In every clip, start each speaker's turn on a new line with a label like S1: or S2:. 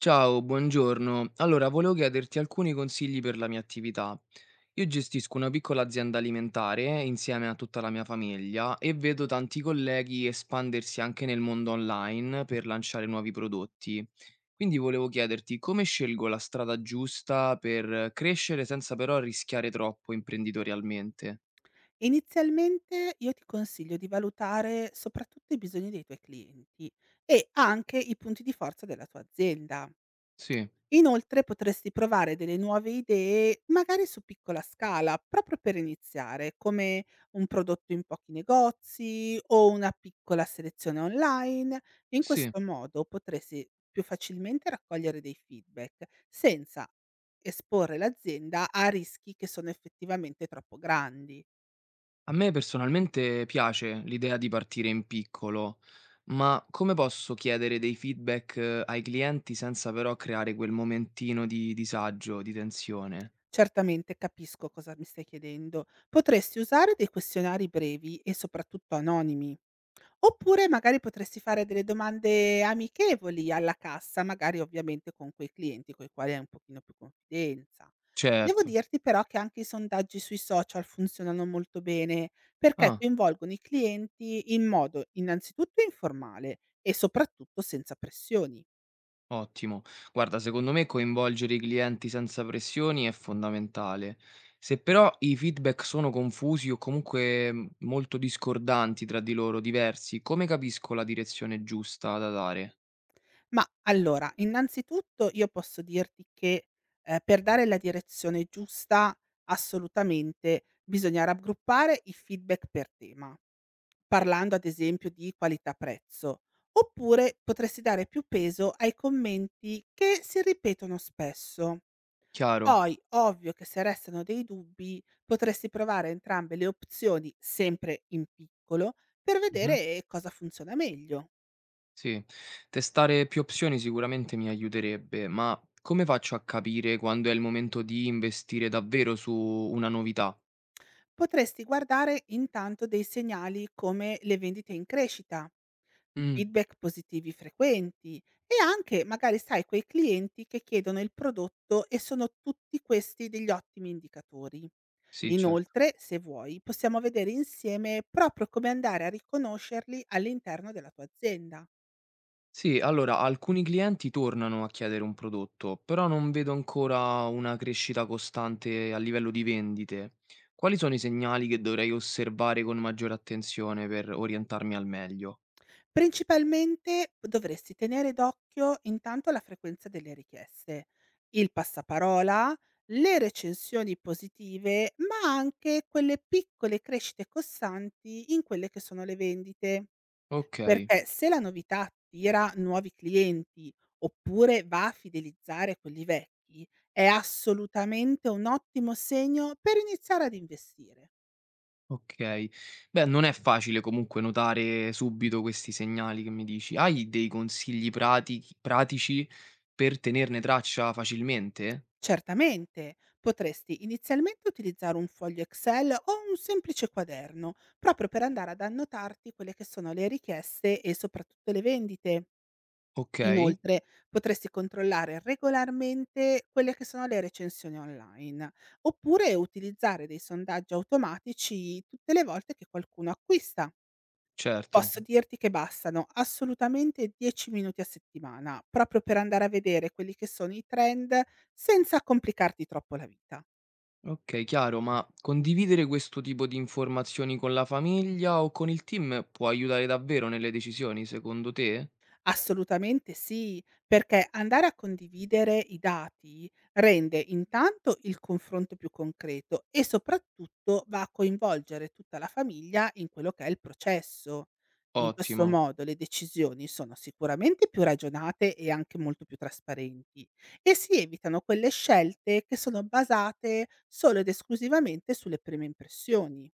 S1: Ciao, buongiorno. Allora, volevo chiederti alcuni consigli per la mia attività. Io gestisco una piccola azienda alimentare insieme a tutta la mia famiglia e vedo tanti colleghi espandersi anche nel mondo online per lanciare nuovi prodotti. Quindi volevo chiederti come scelgo la strada giusta per crescere senza però rischiare troppo imprenditorialmente.
S2: Inizialmente io ti consiglio di valutare soprattutto i bisogni dei tuoi clienti e anche i punti di forza della tua azienda.
S1: Sì,
S2: Inoltre potresti provare delle nuove idee, magari su piccola scala, proprio per iniziare, come un prodotto in pochi negozi o una piccola selezione online. In
S1: sì.
S2: questo modo potresti più facilmente raccogliere dei feedback senza esporre l'azienda a rischi che sono effettivamente troppo grandi.
S1: A me personalmente piace l'idea di partire in piccolo, ma come posso chiedere dei feedback ai clienti senza però creare quel momentino di disagio, di tensione?
S2: Certamente, capisco cosa mi stai chiedendo. Potresti usare dei questionari brevi e soprattutto anonimi, oppure magari potresti fare delle domande amichevoli alla cassa, magari ovviamente con quei clienti coi quali hai un pochino più confidenza. Devo
S1: Certo.
S2: dirti però che anche i sondaggi sui social funzionano molto bene, perché
S1: Ah,
S2: coinvolgono i clienti in modo innanzitutto informale e soprattutto senza pressioni.
S1: ottimo. Guarda, secondo me coinvolgere i clienti senza pressioni è fondamentale. Se però i feedback sono confusi o comunque molto discordanti tra di loro, diversi, come capisco la direzione giusta da dare?
S2: Ma allora, innanzitutto io posso dirti che, per dare la direzione giusta, assolutamente bisogna raggruppare i feedback per tema, parlando ad esempio di qualità-prezzo, oppure potresti dare più peso ai commenti che si ripetono spesso.
S1: Chiaro?
S2: Poi, ovvio che se restano dei dubbi, potresti provare entrambe le opzioni, sempre in piccolo, per vedere cosa funziona meglio.
S1: Sì, testare più opzioni sicuramente mi aiuterebbe, ma come faccio a capire quando è il momento di investire davvero su una novità?
S2: Potresti guardare intanto dei segnali come le vendite in crescita,
S1: Mm,
S2: feedback positivi frequenti e anche magari sai quei clienti che chiedono il prodotto, e sono tutti questi degli ottimi indicatori.
S1: sì, certo.
S2: Inoltre, se vuoi, possiamo vedere insieme proprio come andare a riconoscerli all'interno della tua azienda.
S1: Sì, allora, alcuni clienti tornano a chiedere un prodotto, però non vedo ancora una crescita costante a livello di vendite. Quali sono i segnali che dovrei osservare con maggiore attenzione per orientarmi al meglio?
S2: Principalmente dovresti tenere d'occhio intanto la frequenza delle richieste, il passaparola, le recensioni positive, ma anche quelle piccole crescite costanti in quelle che sono le vendite,
S1: Ok.
S2: perché se la novità attira nuovi clienti oppure va a fidelizzare quelli vecchi, è assolutamente un ottimo segno per iniziare ad investire.
S1: Okay. Beh, non è facile comunque notare subito questi segnali che mi dici. Hai dei consigli pratichi pratici per tenerne traccia facilmente?
S2: Certamente, potresti inizialmente utilizzare un foglio Excel o un semplice quaderno, proprio per andare ad annotarti quelle che sono le richieste e soprattutto le vendite.
S1: Okay,
S2: Inoltre, potresti controllare regolarmente quelle che sono le recensioni online, oppure utilizzare dei sondaggi automatici tutte le volte che qualcuno acquista.
S1: certo.
S2: Posso dirti che bastano assolutamente 10 minuti a settimana, proprio per andare a vedere quelli che sono i trend senza complicarti troppo la vita.
S1: Okay, chiaro, ma condividere questo tipo di informazioni con la famiglia o con il team può aiutare davvero nelle decisioni, secondo te?
S2: Assolutamente sì, perché andare a condividere i dati rende intanto il confronto più concreto e soprattutto va a coinvolgere tutta la famiglia in quello che è il processo. In questo
S1: Ottimo.
S2: modo le decisioni sono sicuramente più ragionate e anche molto più trasparenti, e si evitano quelle scelte che sono basate solo ed esclusivamente sulle prime impressioni.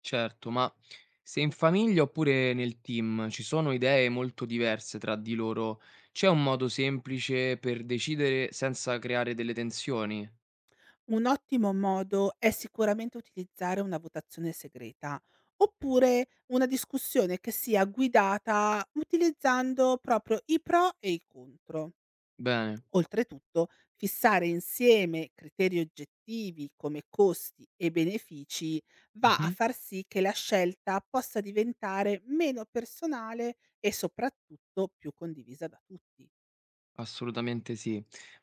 S1: Certo, ma se in famiglia oppure nel team ci sono idee molto diverse tra di loro, c'è un modo semplice per decidere senza creare delle tensioni?
S2: Un ottimo modo è sicuramente utilizzare una votazione segreta, oppure una discussione che sia guidata utilizzando proprio i pro e i contro.
S1: Bene,
S2: Oltretutto, fissare insieme criteri oggettivi come costi e benefici va a
S1: mhm,
S2: far sì che la scelta possa diventare meno personale e soprattutto più condivisa da tutti.
S1: assolutamente sì.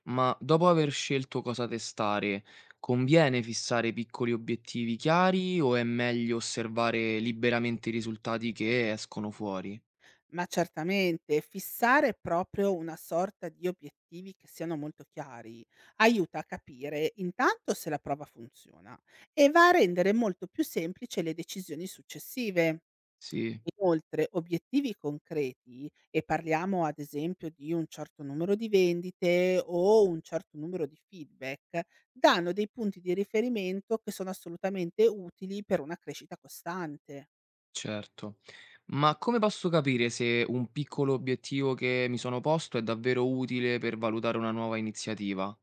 S1: Ma dopo aver scelto cosa testare, conviene fissare piccoli obiettivi chiari o è meglio osservare liberamente i risultati che escono fuori?
S2: Ma certamente, fissare proprio una sorta di obiettivi che siano molto chiari aiuta a capire intanto se la prova funziona, e va a rendere molto più semplice le decisioni successive.
S1: Sì.
S2: Inoltre, obiettivi concreti, e parliamo ad esempio di un certo numero di vendite o un certo numero di feedback, danno dei punti di riferimento che sono assolutamente utili per una crescita costante.
S1: Certo. Ma come posso capire se un piccolo obiettivo che mi sono posto è davvero utile per valutare una nuova iniziativa?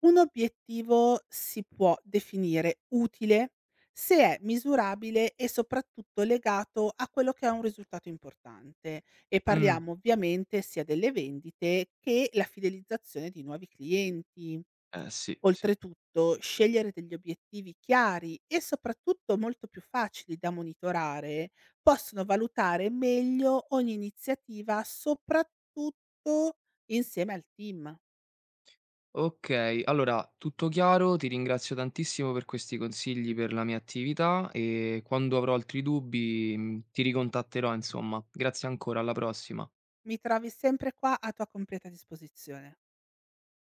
S2: Un obiettivo si può definire utile se è misurabile e soprattutto legato a quello che è un risultato importante, e
S1: Mm,
S2: parliamo ovviamente sia delle vendite che la fidelizzazione di nuovi clienti.
S1: eh sì, sì.
S2: Oltretutto, scegliere degli obiettivi chiari e soprattutto molto più facili da monitorare possono valutare meglio ogni iniziativa, soprattutto insieme al team.
S1: Ok, allora tutto chiaro, ti ringrazio tantissimo per questi consigli per la mia attività e quando avrò altri dubbi ti ricontatterò, insomma. Grazie ancora, alla prossima.
S2: Mi trovi sempre qua a tua completa disposizione.